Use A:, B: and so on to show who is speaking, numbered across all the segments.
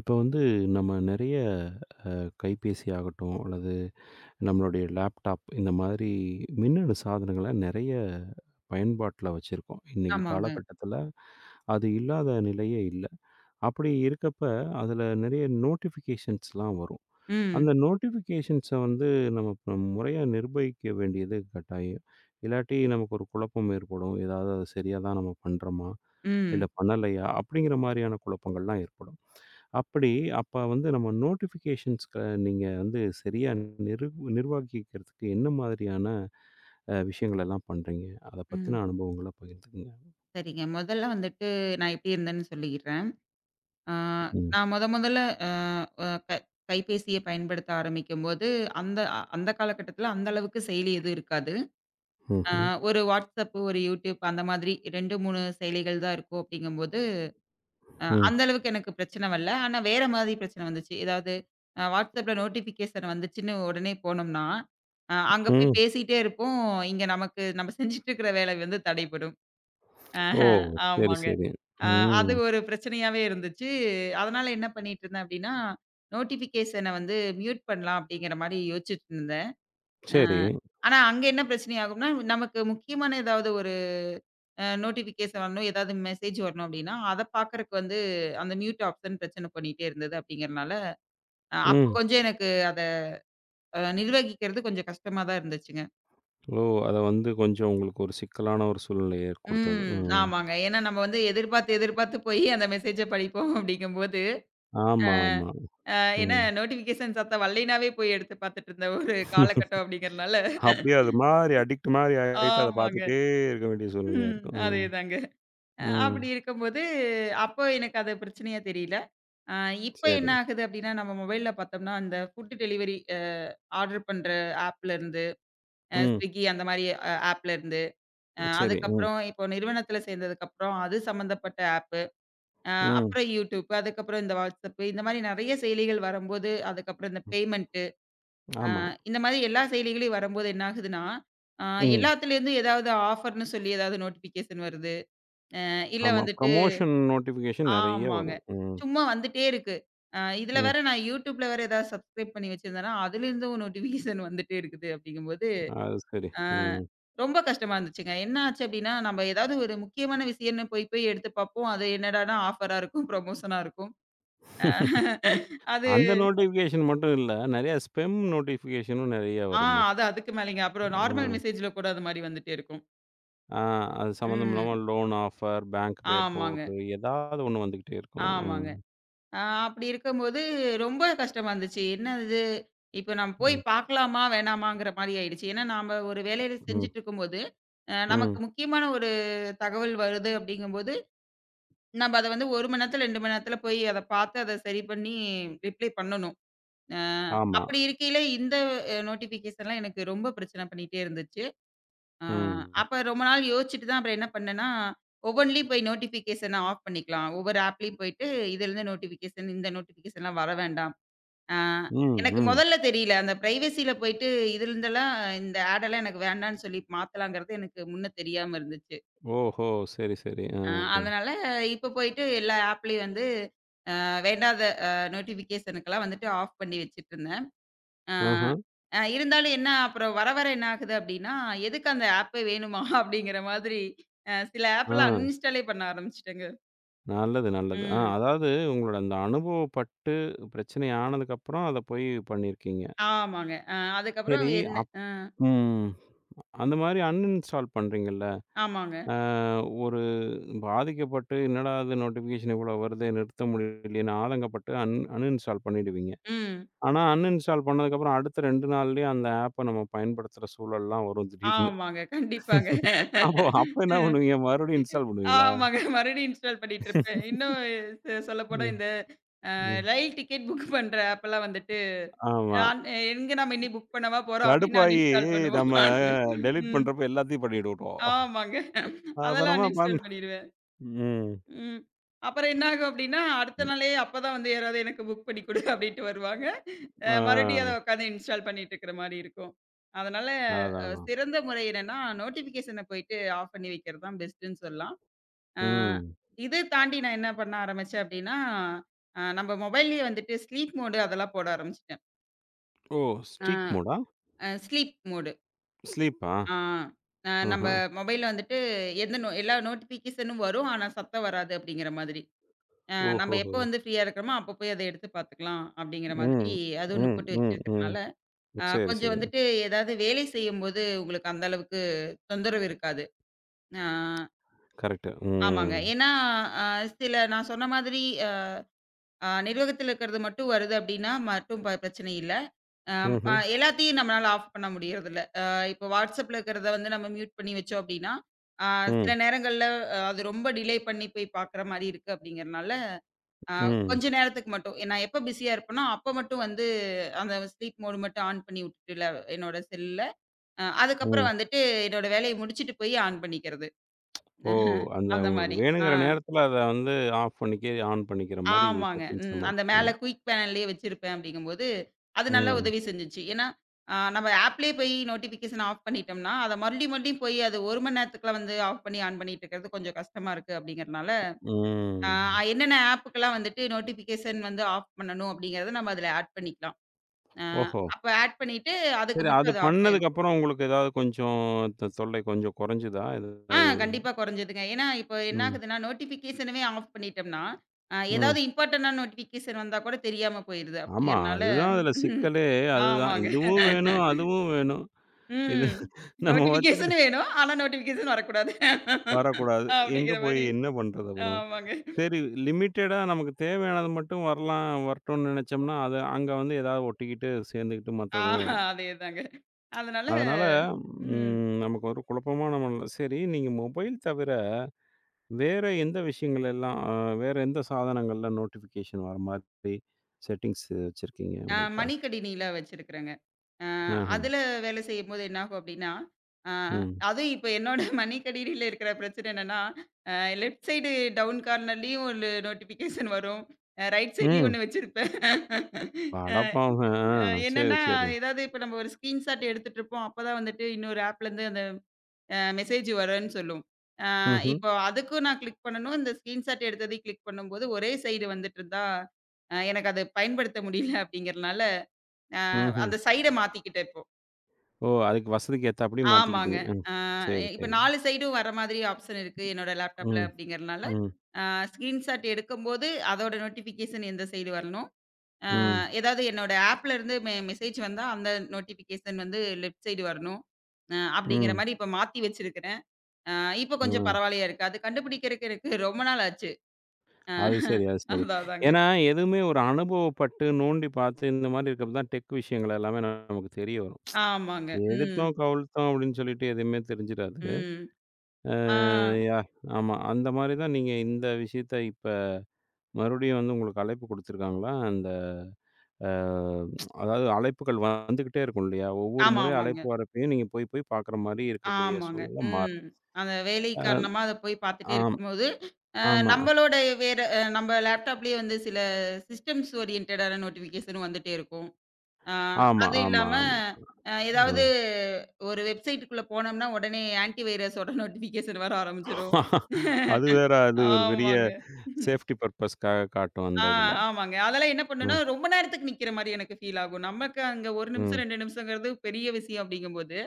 A: இப்போ வந்து நம்ம நிறைய கைபேசி ஆகட்டும், அல்லது நம்மளுடைய லேப்டாப் இந்த மாதிரி மின்னணு சாதனங்கள நிறைய பயன்பாட்ல வச்சிருக்கோம். இன்னைக்கு
B: ஆமாங்க.
A: காலகட்டத்தில அது இல்லாத நிலையே இல்ல. அப்படி இருக்கப்ப அதில நிறைய நோட்டிஃபிகேஷன்ஸ்லாம் வரும்.
B: ம்,
A: அந்த நோட்டிஃபிகேஷன்ஸ வந்து நம்ம இப்ப முறையா நிர்வகிக்க வேண்டியது கட்டாயம். இல்லாட்டி நமக்கு ஒரு குழப்பம் ஏற்படும். ஏதாவது அது சரியா தான் நம்ம பண்றோமா? இல்ல
B: ம்,
A: பண்ணலையா? அப்படிங்கிற மாரியான குழப்பங்கள்லாம் ஏற்படும். அப்படி அப்ப வந்து நம்ம நோட்டிஃபிகேஷன்ஸ்க்க நீங்க வந்து சரியா நிரு நிர்வகிக்கிறதுக்கு என்ன மாதிரியான விஷயங்கள் எல்லாம் பண்றீங்க? அத
B: ம்.
A: பத்தின அனுபவங்கள பகிர்ந்துக்கங்க.
B: சரிங்க. முதல்ல வந்துட்டு நான் எப்படி இருந்தேன்னு சொல்லிர்றேன். ஆ
A: ம்.
B: நான் மொதல்ல அ அ க கைபேசிய பயன்படுத்த ஆரம்பிக்கும்போது, அந்த காலகட்டத்தில அந்த அளவுக்கு செயலி எதுவும் இருக்காது. அ
A: ம்ஹ்ம்.
B: ஒரு WhatsApp, ஒரு YouTube அந்த மாதிரி 2, 3 செயலிகள் தான் இருக்கும் அப்படிங்கும்போது,
A: ம்.
B: அந்த அளவுக்கு எனக்கு பிரச்சனை வரல. ஆனா வேற மாதிரி பிரச்சனை வந்துச்சு. ஏதாவது WhatsAppல நோட்டிஃபிகேஷன் வந்துச்சுன்னு உடனே போனோம்னா, அங்க
A: ம்.
B: போய் பேசிட்டே இருப்போம். இங்க நமக்கு நம்ம செஞ்சுட்டு இருக்கிற வேலை வந்து தடைபடும். ஆஹ,
A: ஓ! சரி,
B: ஆமாங்க.
A: சரி.
B: அ
A: ம்.
B: அது ஒரு பிரச்சனையாவே இருந்துச்சு. அதனால என்ன பண்ணிட்டு இருந்தேன் அப்டின்னா, நோட்டிஃபிகேஷன வந்து மியூட் பண்ணலாம் அப்படிங்கிற மாரி யோசிச்சுட்டு இருந்தேன். அ
A: சரி.
B: ஆனா அங்க என்ன பிரச்சனை ஆகும்னா, நமக்கு முக்கியமான ஏதாவது ஒரு நோட்டிஃபிகேஷன் வரணும், ஏதாவது மெசேஜ் வரணும் அப்படின்னா, அத பாக்கறக்கு வந்து அந்த மியூட் ஆப்ஷன் பிரச்சனை பண்ணிட்டே இருந்தது அப்படிங்கிறனால, அப்ப
A: ம்.
B: கொஞ்சம் எனக்கு அத நிர்வகிக்கிறது கொஞ்சம் கஷ்டமா தான் இருந்துச்சுங்க.
A: ஓ! அத வந்து கொஞ்சம் உங்களுக்கு ஒரு சிக்கலான ஒரு சூழ்நிலைய ஏற்படுத்தது.
B: ம்.
A: ம்.
B: ஆமாங்க. ஏன்னா நம்ம வந்து எதிர்பார்த்து எதிர்பார்த்து போய் அந்த மெசேஜ படிப்போம் அப்படிங்கும்போது
A: ஆமா, ஆமா.
B: அ ஏன்னா
A: ம்.
B: நோட்டிஃபிகேஷன் சத்தம் வரலைனாவே போய் எடுத்து பார்த்துட்டு இருந்த ஒரு காலகட்டம் அப்படிங்கிறனால.
A: அப்படியே அது மாரி அடிக்ட் மாரி ஆயிட்டு அத
B: ஆமாங்க.
A: பார்த்துட்டே இருக்க வேண்டிய சூழ்நிலையா
B: ம்.
A: இருக்கும். ம்.
B: அதேதாங்க. அப்படி
A: ம்.
B: இருக்கும்போது, அப்போ எனக்கு அது பிரச்சனையா தெரியல. அ இப்ப
A: சரி.
B: என்ன ஆகுது அப்படின்னா, நம்ம மொபைல்ல பார்த்தோம்னா, அந்த ஃபுட் டெலிவரி ஆர்டர் பண்ற ஆப்லருந்து,
A: ம்.
B: Swiggy அந்த மாரி ஆப்லருந்து,
A: சரி. ம்.
B: அதுக்கப்புறம் இப்போ நிறுவனத்தில சேர்ந்ததுக்கப்புறம் அது சம்மந்தப்பட்ட ஆப்பு, அ
A: ம்.
B: அப்புறம் YouTube, அதுக்கப்புறம் இந்த WhatsApp இந்த மாரி நெறைய செயலிகள் வரும்போது, அதுக்கப்புறம் இந்த
A: ம்.
B: பேமெண்ட் ஆ,
A: ஆமா.
B: இந்த மாதிரி எல்லா செயலிகளையும் வரும்போது என்ன ஆகுதுன்னா, ஆ
A: ம்.
B: எல்லாத்துலேருந்தும் ஏதாவது ஆஃபர்ன்னு சொல்லி ஏதாவது நோட்டிஃபிகேஷன் வருது. அ இல்ல
A: ஆமா.
B: வந்துட்டு
A: ப்ரமோஷன் நோட்டிஃபிகேஷன் நெறைய
B: ஆமாங்க.
A: வரும். ம்.
B: சும்மா வந்துட்டே இருக்கு. இதில
A: ம்.
B: வேற நான் YouTubeல வேற ஏதாவது சப்ஸ்கிரைப் பண்ணி வச்சிருந்தேன்னா, அதிலிருந்தும் நோட்டிஃபிகேஷன் வந்துட்டே இருக்குது அப்படிங்கும்போது,
A: அது சரி.
B: ஆ
A: ம்.
B: ரொம்ப கஷ்டமா இருந்துச்சுங்க. என்ன ஆச்சு அப்படின்னா, நம்ம ஏதாவது ஒரு முக்கியமான விஷயம்னு போய் போய் எடுத்து பார்ப்போம். அது என்னடான்னா ஆஃபரா இருக்கும், ப்ரமோஷனா இருக்கும். அ அது
A: அந்த நோட்டிஃபிகேஷன் மட்டும் இல்ல. நெறைய ஸ்பெம் நோட்டிஃபிகேஷனும் நெறைய
B: ஆ
A: வருமே!
B: அது அதுக்கு மேலேங்க. அப்புறம் நார்மல்
A: ம்.
B: மெசேஜில கூட அது மாரி வந்துட்டே இருக்கும்.
A: ஆ அது சம்மந்தம் இல்லாம
B: ம்.
A: லோன் ஆஃபர், பேங்க் பேர்
B: ஆமாங்க.
A: போட்டு ஏதாவது ஒண்ணு வந்துகிட்டே இருக்கும். ம்.
B: ஆமாங்க. அ அப்படி இருக்கும்போது ரொம்ப கஷ்டமா இருந்துச்சு. என்னது? இப்ப நம்ம போய்
A: ம்.
B: பார்க்கலாமா? வேணாமாங்கிற மாரி ஆயிடுச்சு. ஏன்னா, நாம ஒரு வேலையில
A: ம்.
B: செஞ்சுட்டுருக்கும்போது, நமக்கு
A: ம்.
B: முக்கியமான ஒரு தகவல் வருது அப்படிங்கும்போது, நம்ம அத வந்து 1 மணி நேரத்துல, 2 மணி நேரத்துல போய் அத பார்த்து, அத சரி பண்ணி ரிப்ளை பண்ணணும். அ
A: ஆமா.
B: அப்படி இருக்கையில இந்த நோட்டிஃபிகேஷன்லாம் எனக்கு ரொம்ப பிரச்சனை பண்ணிட்டே இருந்துச்சு. ஆ,
A: ம்.
B: அப்ப ரொம்ப நாள் யோசிச்சுட்டு தான் அப்புறம் என்ன பண்ணேன்னா, ஒவ்வொன்லயும் போய் நோட்டிஃபிகேஷன ஆஃப் பண்ணிக்கலாம். ஒவ்வொரு ஆப்லயும் போயிட்டு, இதிலிருந்து நோட்டிஃபிகேஷன், இந்த நோட்டிஃபிகேஷன்லாம் வர வேண்டாம். ஆ
A: ம்.
B: எனக்கு
A: ம்.
B: முதல்ல தெரியல. அந்த பிரைவசில போயிட்டு இதிலிருந்தெல்லாம் இந்த ஆடெல்லாம் எனக்கு வேண்டான்னு சொல்லி மாத்தலாங்கிறது எனக்கு முன்ன தெரியாம இருந்துச்சு.
A: ஓஹோ! சரி, சரி. ஆ.
B: ஆ அதனால இப்ப போயிட்டு எல்லா ஆப்லயும் வந்து வேண்டாத அ நோட்டிஃபிகேஷனுக்கெல்லாம் வந்துட்டு ஆஃப் பண்ணி வச்சுட்டுருந்தேன். ஆ,
A: ஆஹ.
B: அ இருந்தாலும் என்ன அப்புறம் வர வர என்ன ஆகுது அப்படின்னா, எதுக்கு அந்த ஆப்பே வேணுமா? அப்படிங்கிற மாதிரி சில
A: ஆ.
B: ஆப்லாம் அன்இன்ஸ்டாலே பண்ண ஆரம்பிச்சுட்டேங்க.
A: நல்லது, நல்லது. ஆ
B: ம்.
A: அதாவது உங்களோட அந்த அனுபவப்பட்டு பிரச்சனை ஆனதுக்கப்புறம் அத போய் பண்ணியிருக்கீங்க.
B: ஆமாங்க. அதுக்கப்புறம்
A: சரி
B: என்ன
A: அப்
B: அ
A: ம். அந்த மாரி அன்இன்ஸ்டால் பண்றீங்கல்ல,
B: ஆமாங்க.
A: அ ஒரு பாதிக்கப்பட்டு என்னடா இது நோட்டிஃபிகேஷன் இவ்ளோ வருதே நிறுத்த முடியலையேன்னு ஆதங்கப்பட்டு அன்இன்ஸ்டால் பண்ணிடுவீங்க.
B: ம்.
A: ஆனா அன்இன்ஸ்டால் பண்ணதுக்கப்புறம் அடுத்த 2 நாள்லயே அந்த ஆப்ப நம்ம பயன்படுத்துற சூழல்லாம் வரும் திடீர்னு.
B: ஆமாங்க. கண்டிப்பாங்க.
A: அப்ப என்ன பண்ணுவீங்க? மறுபடியும் இன்ஸ்டால் பண்ணுவீங்களா?
B: ஆமாங்க. மறுபடியும் இன்ஸ்டால் பண்ணிட்டு இருப்பேன். இன்னும் சொல்லப்போனா
A: ம்,
B: இந்த
A: ம்.
B: ரயில் டிக்கெட் புக் பண்ற ஆப்லாம் வந்துட்டு,
A: ஆமா.
B: நான் எங்க நம்ம இனி புக் பண்ணவா போறோம் அப்படின்னு
A: கடுப்பாயி
B: அன்இன்ஸ்டால் பண்ணுவோம்.
A: நம்ம டெலீட்
B: ம்.
A: பண்றப்ப எல்லாத்தையும் பண்ணிட்டு விட்டோம்.
B: ஆமாங்க. அதெல்லாம்
A: அப்புறமா பண்
B: அன்இன்ஸ்டால் பண்ணிருவேன்.
A: ம்.
B: ம். அப்புறம் என்னாகும் அப்டின்னா, அடுத்த நாளே அப்பதான் வந்து யாராவது எனக்கு புக் பண்ணி குடு அப்டின்ட்டு வருவாங்க.
A: ஆ.
B: மறுபடியும் அத உட்காந்து இன்ஸ்டால் பண்ணிட்டு இருக்கிற மாரி இருக்கும். அதனால
A: அதான், அதான்.
B: சிறந்த முறை என்னன்னா, நோட்டிஃபிகேஷன போயிட்டு ஆஃப் பண்ணி வைக்கிறது தான் பெஸ்ட்டுன்னு சொல்லலாம். அ
A: ம்.
B: இத தாண்டி நான் என்ன பண்ண ஆரம்பிச்சேன் அப்டின்னா, நம்ம மொபைல்லயே வந்துட்டு ஸ்லீப் மோடு அதெல்லாம் போட ஆரம்பிச்சுட்டேன்.
A: ஓ!
B: அ
A: ஸ்டீக் மூடா?
B: அ ஸ்லீப் மோடு.
A: ஸ்லீப்பா?
B: ஆ அ நம்ம
A: ஆஹா.
B: மொபைல்ல வந்துட்டு எந்த நோ எல்லா நோட்டிஃபிகேஷனும் வரும். ஆனா சத்தம் வராது அப்டிங்கிற மாதிரி. நம்ம எப்ப
A: ஓஹோஹோ!
B: வந்து ஃப்ரீயா இருக்கிறோமோ, அப்ப போய் அத எடுத்து பார்த்துக்கலாம் அப்படிங்கிற மாதிரி
A: ம்.
B: அது ஒண்ணு
A: ம்,
B: போட்டு
A: ம், ம்.
B: வச்சிருக்கிறதுனால,
A: சரி,
B: கொஞ்சம்
A: சரி.
B: வந்துட்டு ஏதாவது வேலை செய்யும்போது உங்களுக்கு அந்த அளவுக்கு தொந்தரவு இருக்காது. அ
A: கரெக்ட்டு. ம்.
B: ஆமாங்க. ஏன்னா அ சில நான் சொன்ன மாதிரி அ அ நிர்வாகத்துல இருக்கிறது மட்டும் வருது அப்படின்னா மட்டும் பிரச்சனை இல்ல. அம் அ
A: ம்ஹ்ம்.
B: எல்லாத்தையும் நம்மளால ஆஃப் பண்ண முடியறதில்ல. இப்போ WhatsAppல இருக்கிறத வந்து நம்ம மியூட் பண்ணி வச்சோம் அப்படின்னா, அ சில
A: ம்.
B: நேரங்கள்ல அது ரொம்ப டிலே பண்ணி போய் பார்க்குற மாரி இருக்கு அப்படிங்கிறனால, ஆ
A: ம்.
B: கொஞ்ச நேரத்துக்கு மட்டும். நான் எப்ப பிஸியா இருப்பேனோ, அப்ப மட்டும் வந்து அந்த ஸ்லீப் மோட் மட்டும் ஆன் பண்ணி விட்டுட்டு என்னோட செல்லுல.
A: ம்.
B: அதுக்கப்புறம் வந்துட்டு என்னோட வேலைய முடிச்சுட்டு போய் ஆன் பண்ணிக்கிறது.
A: ஓ!
B: அஹ்,
A: அந்த
B: அந்த
A: உங்களுக்கு
B: மாரி. ஆ
A: வேணுங்கிற நேரத்தில அத வந்து ஆஃப் பண்ணிக்க, ஆன் பண்ணிக்கிற மாரி
B: ஆமாங்க.
A: செட்டிங்ஸ
B: ம். அந்த மேல
A: மாத்திக்கிறீங்க.
B: குயிக் பேனல்லயே வச்சிருப்பேன் அப்படிங்கும்போது, அது நல்லா
A: ம்.
B: உதவி செஞ்சுச்சு. ஏன்னா, நம்ம ஆப்லயே போய் நோட்டிஃபிகேஷன் ஆஃப் பண்ணிட்டோம்னா, அத மறுபடியும் மறுபடியும் போய் அது 1 மணி நேரத்துக்குலாம் வந்து ஆஃப் பண்ணி, ஆன் பண்ணிட்டு இருக்கிறது கொஞ்சம் கஷ்டமா இருக்கு அப்படிங்கிறனால, அ
A: ம்.
B: என்னென்ன ஆப்புக்கெல்லாம் வந்துட்டு நோட்டிஃபிகேஷன் வந்து ஆஃப் பண்ணணும் அப்படிங்கிறத நம்ம அதுல ஆட் பண்ணிக்கலாம். அ
A: ஓஹோ!
B: அப்ப ஆட் பண்ணிட்டு, அதுக்கு
A: சரி. அது
B: மட்டும் அது ஆஃப்
A: பண்ணதுக்கு
B: ஆயிரும்.
A: அப்புறம் உங்களுக்கு ஏதாவது கொஞ்சம் தொல்லை கொஞ்சம் குறைஞ்சுதா? ஏதாவது
B: கண்டிப்பா குறைஞ்சதுங்க. ஏன்னா, இப்ப என்ன
A: ம்,
B: ஆகுதுன்னா, நோட்டிஃபிகேஷனவே ஆஃப் பண்ணிட்டோம்னா,
A: ம்.
B: ஏதாவது இம்பார்ட்டன்டான நோட்டிஃபிகேஷன் வந்தா கூட தெரியாம போயிருது.
A: ஆமா.
B: அப்படிங்கிறனால
A: அதுதான் அதுல சிக்கலே அதுதான்.
B: ஆமாங்க.
A: இதுவும் வேணும், அதுவும் வேணும். இது
B: ம்.
A: நம்ம வச்சுக்கிட்டு
B: நோட்டிஃபிகேஷன் வேணும். ஆனா நோட்டிஃபிகேஷன் வரக்கூடாது.
A: வரக்கூடாது. எங்க
B: அப்படிங்கிற
A: போய்
B: மாரி.
A: என்ன பண்றது அப்புறம்?
B: ஆமாங்க.
A: சரி லிமிட்டடா நமக்கு தேவையானது மட்டும் வரலாம் வரட்டும்னு நெனச்சோம்னா, அது அங்க வந்து ஏதாவது ஒட்டிக்கிட்டு, சேர்ந்துக்கிட்டு மத்ததும்
B: ஆஹா
A: வரும்.
B: அதேதாங்க. அதனால
A: அதனால
B: ம்.
A: ம் நமக்கு ஒரு குழப்பமான மனநிலை. சரி நீங்க மொபைல் தவிர வேற எந்த விஷயங்கள் எல்லாம் வேற எந்த சாதனங்கள்ல நோட்டிஃபிகேஷன் வர மாதிரி செட்டிங்ஸ் வச்சிருக்கீங்க உங்கள்ட்ட?
B: மடிக்கணினியில வச்சிருக்கிறேங்க. அ
A: ஆஹ.
B: அதுல வேலை செய்யும்போது என்னாகும் அப்டின்னா, அ
A: ம்.
B: அதுவும் இப்ப என்னோட மடிக்கணினியில இருக்கிற பிரச்சனை என்னன்னா, அ லெஃப்ட் சைடு டவுன் கார்னர்லயும் ஒரு நோட்டிஃபிகேஷன் வரும். ரைட் சைட்லயும்
A: ம்.
B: ஒண்ணு வச்சிருப்பேன். அ
A: அடப்பாவி! ஆ.
B: அ
A: சரி,
B: என்னன்னா,
A: சரி.
B: ஏதாவது இப்ப நம்ம ஒரு ஸ்கிரீன்ஷாட் எடுத்துட்டுருப்போம். அப்பதான் வந்துட்டு இன்னொரு ஆப்லேருந்து அந்த மெசேஜ் வரும்ன்னு சொல்லும். அ
A: ம்ஹ்ம்.
B: இப்போ அதுக்கும் நான் கிளிக் பண்ணணும். இந்த ஸ்கிரீன்ஷாட் எடுத்ததையும் கிளிக் பண்ணும்போது, ஒரே சைடு வந்துட்டு இருந்தா, எனக்கு அத பயன்படுத்த முடியல அப்டிங்கிறனால அ
A: ம்ஹ்ம்.
B: அந்த சைட மாத்திக்கிட்டேன் இப்போ.
A: ஓ! அதுக்கு வசதிக்கு ஏத்தாப்படி
B: ஆமாங்க.
A: மாத்திக்கிட்டீங்க. ம்.
B: அ
A: சரி,
B: இப்ப
A: சரி.
B: 4 சைடும் வர மாதிரி ஆப்ஷன் இருக்கு என்னோட லேப்டாப்ல
A: ம்.
B: அப்படிங்கிறனால,
A: ம்.
B: அ ஸ்கிரீன்ஷாட் எடுக்கும்போது அதோட நோட்டிஃபிகேஷன் எந்த சைடு வரணும். அ
A: ம்.
B: ஏதாவது என்னோட ஆப்ல இருந்து மெசேஜ் வந்தா அந்த நோட்டிஃபிகேஷன் வந்து லெஃப்ட் சைடு வரணும். அப்படிங்கிற
A: ம்.
B: மாரி இப்ப மாத்தி வச்சிருக்கிறேன். அ இப்ப கொஞ்சம்
A: ம்.
B: பரவாயில்லையா இருக்கு. அது கண்டுபிடிக்கிறக்கு எனக்கு ரொம்ப நாள் ஆச்சு. அ
A: அது சரி, அது சரி.
B: அதான் அதாங்க.
A: ஏன்னா, எதுவுமே ஒரு அனுபவப்பட்டு நோண்டி பார்த்து இந்த மாரி இருக்கிறப்ப தான் டெக் விஷயங்கள் எல்லாமே நமக்கு தெரிய வரும்.
B: ஆமாங்க. ம்.
A: எடுத்தோம் கவுழ்த்தோம் அப்படின்னு சொல்லிட்டு எதுவுமே தெரிஞ்சிராது. அ
B: ம். ஆ.
A: யா ஆமா. அந்த மாரி தான் நீங்க இந்த விஷயத்த இப்ப மறுபடியும் வந்து உங்களுக்கு அழைப்பு குடுத்துருக்காங்களா? அந்த அ அதாவது அழைப்புகள் வந்துகிட்டே இருக்கும் இல்லையா? ஒவ்வொரு
B: ஆமா,
A: முறையும்
B: ஆமாங்க.
A: அழைப்பு வரப்பயும் நீங்க போய் போய் பார்க்குற மாரி இருக்கக்கூடிய
B: ஆமாங்க.
A: சூழ்நிலை
B: ம்.
A: மாறும்.
B: அந்த வேலை
A: அ
B: காரணமா அத போய் பார்த்துட்டே
A: ஆம்.
B: இருக்கும்போது, அ
A: ஆமா.
B: நம்மளோட வேற நம்ம லேப்டாப்லயே வந்து சில சிஸ்டம்ஸ் ஓரியன்டடான நோட்டிஃபிகேஷன் வந்துட்டே இருக்கும். அ
A: ஆமா,
B: அது
A: ஆமா,
B: இல்லாம
A: ஆமா. அ.
B: ஏதாவது ஒரு வெப்சைட்டுக்குள்ள போனோம்னா, உடனே ஆன்டி வைரஸோட நோட்டிஃபிகேஷன் வர ஆரம்பிச்சுரும்.
A: அது வேற அது ஒரு பெரிய
B: ஆமாங்க.
A: சேஃப்டி பர்ப்பஸ்க்காக காட்டும் அந்த
B: ஆ
A: இதுல.
B: ஆமாங்க. அதெல்லாம் என்ன பண்ணும்னா,
A: ம்,
B: ரொம்ப நேரத்துக்கு நிக்கிற மாரி எனக்கு ஃபீல் ஆகும். நமக்கு அங்க 1 நிமிஷம்,
A: ம்,
B: 2 நிமிஷங்கிறது பெரிய விஷயம் அப்படிங்கும்போது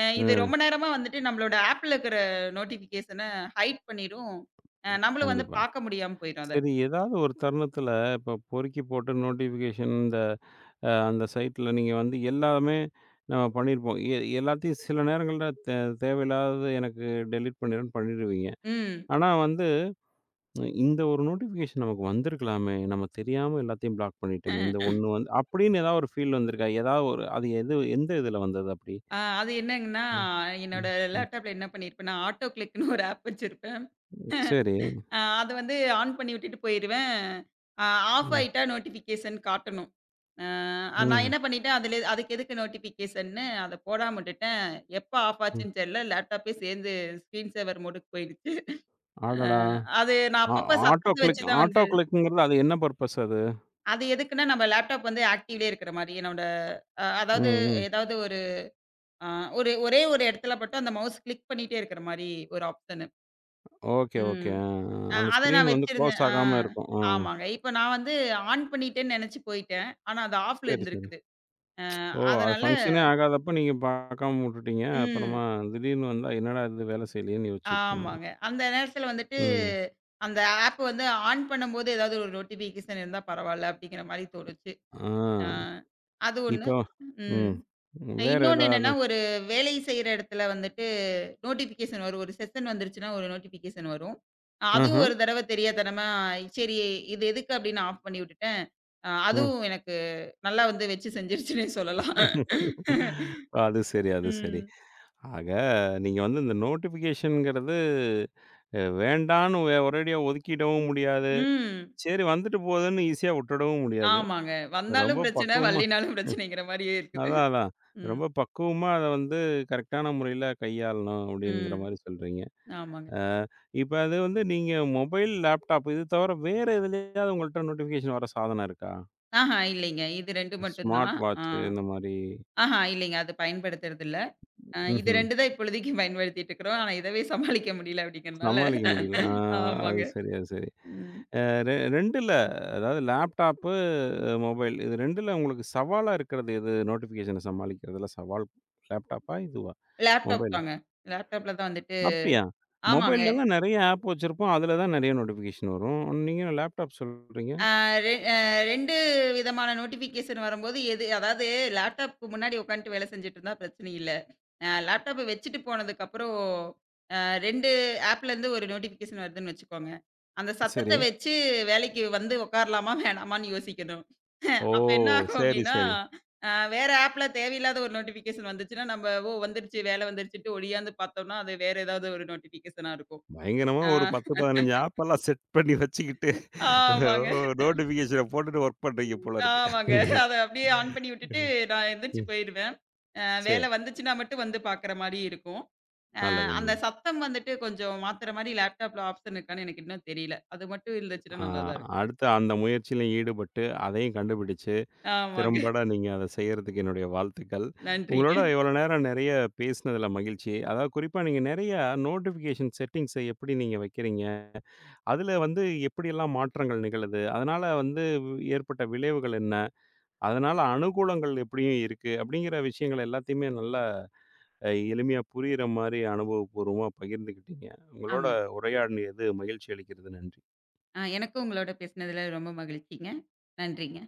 B: இது
A: ம்.
B: ரொம்ப நேரமா வந்துட்டு நம்மளோட ஆப்ல இருக்கிற நோட்டிஃபிகேஷன ஹைட் பண்ணிரும். நம்மளும் வந்து
A: கண்டிப்பா.
B: பாக்க முடியாம போயிரும் அத.
A: சரி, ஏதாவது ஒரு தருணத்தில இப்ப பொறுக்கி போட்டு நோட்டிஃபிகேஷன் இந்த அந்த சைட்ல நீங்க வந்து எல்லாமே நம்ம பண்ணியிருப்போம். எல்லாத்தையும் சில நேரங்கள்ல தேவையில்லாதது எனக்கு டெலீட் பண்ணிடுன்னு பண்ணிடுவீங்க.
B: ம்.
A: ஆனா வந்து இந்த ஒரு நோட்டிஃபிகேஷன் நமக்கு வந்திருக்கலாமே! நம்ம தெரியாம எல்லாத்தையும் பிளாக் பண்ணிட்டோமே! இந்த ஒண்ணு வந்து அப்படின்னு ஏதாவது ஒரு ஃபீல் வந்திருக்கா? ஏதாவது ஒரு அது எது எந்த இதில வந்தது அப்படி?
B: அது என்னங்கன்னா,
A: ம்.
B: என்னோட
A: ம். ம்.
B: லேப்டாப்ல என்ன பண்ணியிருப்பேன்னா, ஆட்டோ கிளிக்ன்னு ஒரு ஆப் வச்சிருப்பேன்.
A: சரி.
B: அத வந்து ஆன் பண்ணி விட்டுட்டு போயிருவேன். அ ஆஃப்
A: ம்.
B: ஆயிட்டா நோட்டிஃபிகேஷன் காட்டணும். நான்
A: ம்.
B: என்ன பண்ணிட்டேன், அதுல அதுக்கு எதுக்கு நோட்டிஃபிகேஷன்னு அத போடாம விட்டுட்டேன். எப்ப ஆஃப்
A: ம்.
B: ஆச்சுன்னு தெரியல. லேப்டாப்பே சேர்ந்து ஸ்க்ரீன் சேவர் மோடுக்கு போயிடுச்சு. அ
A: அடடா!
B: அது நான்
A: ஆ
B: அப்பப்ப
A: ஆட்டோ
B: சத்தத்த வச்சு
A: கிளிக்
B: தான்
A: ஆட்டோ
B: வந்து
A: கிளிக்ங்கிறது அது என்ன பர்ப்பஸ் அது?
B: அது எதுக்குன்னா, நம்ம லேப்டாப் வந்து ஆக்டிவ்லயே இருக்கிற மாரி, என்னோட அதாவது
A: ம், ம்.
B: ஏதாவது அ ஒரு ஒரே ஒரு இடத்துல மட்டும் அந்த மவுஸ் கிளிக் பண்ணிட்டே இருக்கிற மாரி ஒரு ஆப்ஷனு.
A: Okay, okay.
B: ம்.
A: ஆ, ஆ. அந்த
B: அத நான்
A: ஸ்க்ரீன் வந்து
B: வச்சிருந்தேன்.
A: க்ளோஸ் ஆகாம இருக்கும். ஆ.
B: ஆமாங்க. இப்ப நான் வந்து ஆன் பண்ணிட்டேன்னு நெனச்சு போயிட்டேன். ஆனா அது ஆஃப்ல
A: சரி, சரி.
B: இருந்திருக்குது. அ
A: ஓ! அது
B: அதனால
A: ஃபங்ஷனே ஆகாதப்ப நீங்க பார்க்காம வுட்டுட்டீங்க.
B: ம்.
A: அப்புறமா திடீர்னு வந்தா, என்னடா இது வேலை செய்யலையேன்னு யோசிச்சுட்டு இருந்தீங்க.
B: ஆமாங்க. அந்த நேரத்துல வந்துட்டு
A: ம்.
B: அந்த ஆப் வந்து ஆன் பண்ணும்போது ஏதாவது ஒரு நோட்டிஃபிகேஷன் இருந்தா பரவால்ல, அப்படிங்கிற மாரி தோணுச்சு. ஆ
A: ஆ.
B: அது ஒண்ணு.
A: இப்போ
B: ம்.
A: ம். வேற
B: இன்னொன்னு
A: ஏதாவது
B: என்னன்னா, ஒரு வேலை செய்ற இடத்துல வந்துட்டு நோட்டிஃபிகேஷன் வரும். ஒரு செஷன் வந்துருச்சுன்னா, ஒரு நோட்டிஃபிகேஷன் வரும். அதுவும்
A: ஆஹ.
B: ஒரு தடவ தெரியாத்தனமா, சரி இது எதுக்கு அப்படின்னு ஆஃப் பண்ணி விட்டுட்டேன்.
A: ம்.
B: அதுவும் எனக்கு நல்லா வந்து வச்சு செஞ்சுருச்சுன்னே சொல்லலாம்.
A: அது சரி, அது சரி.
B: ம்.
A: ஆக நீங்க வந்து இந்த நோட்டிஃபிகேஷன்ங்கிறது வேண்டான்னு ஒரேடியா ஒதுக்கிடவும் முடியாது.
B: ம்.
A: சரி வந்துட்டு போகுதுன்னு ஈஸியா வுட்டுடவும் முடியாது.
B: ஆமாங்க.
A: ரொம்ப
B: வந்தாலும் பிரச்சனை,
A: பக்குவமா
B: வல்லைனாலும் பிரச்சனைங்கிற மாரியே இருக்குது.
A: அதான், அதான்.
B: ம்.
A: ரொம்ப பக்குவமா அத வந்து கரெக்டான முறையில கையாளணும் அப்படிங்கிற
B: ம்.
A: மாரி சொல்றீங்க.
B: ஆமாங்க.
A: அ இப்ப அது வந்து நீங்க மொபைல், லேப்டாப் இது தவிர வேற எதுலயாவது உங்கள்ட்ட நோட்டிஃபிகேஷன் வர சாதனம் இருக்கா?
B: ஆஹா இல்லைங்க. இது 2 மட்டும்
A: ஸ்மார்ட்
B: தான். ஆ.
A: வாட்ச் இந்த மாரி
B: ஆஹா இல்லைங்க. அது பயன்படுத்துறதில்ல. இது
A: ம்ஹ்ம்.
B: 2 தான் இப்பொழுதைக்கு பயன்படுத்திட்டு இருக்கிறோம். ஆனா, இதவே சமாளிக்க முடியல அப்படிங்கிறனால
A: சமாளிக்க முடியல. ஆ அது
B: ஆமாங்க.
A: சரி, அது சரி.
B: ம்.
A: அ ரெ 2ல அதாவது லேப்டாப்பு, மொபைல் இது 2ல உங்களுக்கு சவாலா இருக்கிறது எது? நோட்டிஃபிகேஷன சமாளிக்கிறதுல சவால் லேப்டாப்பா? இதுவா?
B: லேப்டாப்
A: மொபைலா?
B: தாங்க. லேப்டாப்ல தான் வந்துட்டு
A: அப்படியா?
B: ஆமாங்க.
A: மொபைல்ல தான் நெறைய ஆப் வச்சிருப்போம். அதுல தான் நெறைய நோட்டிஃபிகேஷன் வரும். நீங்க லேப்டாப் சொல்றீங்க.
B: அ ரெ அ 2 விதமான நோட்டிஃபிகேஷன் வரும்போது எது அதாவது லேப்டாப்க்கு முன்னாடி உட்காந்துட்டு வேலை செஞ்சுட்டு இருந்தா பிரச்சனை இல்ல. லேப்டாப்ப வச்சுட்டு போனதுக்கப்புறம் அ 2 ஆப்லேருந்து ஒரு நோட்டிஃபிகேஷன் வருதுன்னு வச்சுக்கோங்க. அந்த சத்தத்த
A: சரி.
B: வச்சு வேலைக்கு வந்து உட்காரலாமா? வேணாமான்னு யோசிக்கணும்.
A: ஓ!
B: அப்ப என்ன ஆகும்
A: சரி,
B: அப்டின்னா,
A: சரி.
B: வேற ஆப்ல தேவையில்லாத ஒரு நோட்டிஃபிகேஷன் வந்துச்சுன்னா, நம்ம ஓ வந்துருச்சு, வேலை வந்துருச்சுன்ட்டு ஒடியாந்து பார்த்தோம்னா, அது வேற ஏதாவது ஒரு நோட்டிஃபிகேஷனா இருக்கும்.
A: பயங்கரமா
B: ஆ
A: ஒரு 10, 15 ஆப்பெல்லாம் செட் பண்ணி வச்சுக்கிட்டு
B: ஆமாங்க,
A: ஓ நோட்டிஃபிகேஷன போட்டுட்டு ஒர்க் பண்றீங்க போல இருக்கு.
B: ஆமாங்க.
A: ம்.
B: அத அப்படியே ஆன் பண்ணி விட்டுட்டு நான் எந்திரிச்சு
A: ம்.
B: போயிருவேன்.
A: சரி.
B: வேலை வந்துச்சுன்னா மட்டும் வந்து பார்க்குற மாரி இருக்கும். அ
A: நல்லது,
B: அந்த
A: நல்லது.
B: சத்தம் வந்துட்டு கொஞ்சம் மாத்துற மாரி லேப்டாப்ல ஆப்ஷன் இருக்கான்னு எனக்கு இன்னும் தெரியல. அது மட்டும் இருந்துச்சுன்னா
A: ஆ
B: நல்லா தான் இருக்கும்.
A: அடுத்து அந்த முயற்சியில ஈடுபட்டு அதையும் கண்டுபிடிச்சு
B: ஆமாங்க.
A: திறம்பட நீங்க அத செய்யறதுக்கு என்னுடைய வாழ்த்துக்கள்.
B: நன்றிங்க.
A: உங்களோட இவ்வளோ நேரம் நெறைய பேசினதில மகிழ்ச்சி. அதாவது குறிப்பா நீங்க நெறைய நோட்டிஃபிகேஷன் செட்டிங்ஸ எப்படி நீங்க வைக்கிறீங்க? அதில வந்து எப்படியெல்லாம் மாற்றங்கள் நிகழுது? அதனால வந்து ஏற்பட்ட விளைவுகள் என்ன? அதனால அனுகூலங்கள் எப்படியும் இருக்கு? அப்படிங்கிற விஷயங்கள் எல்லாத்தையுமே நல்லா எளிமையா புரியிற மாரி அனுபவபூர்வமா பகிர்ந்துக்கிட்டீங்க. உங்களோட
B: ஆமா.
A: உரையாடியது மகிழ்ச்சி அளிக்கிறது. நன்றி.
B: எனக்கும் உங்களோட பேசினதுல ரொம்ப மகிழ்ச்சிங்க. நன்றிங்க.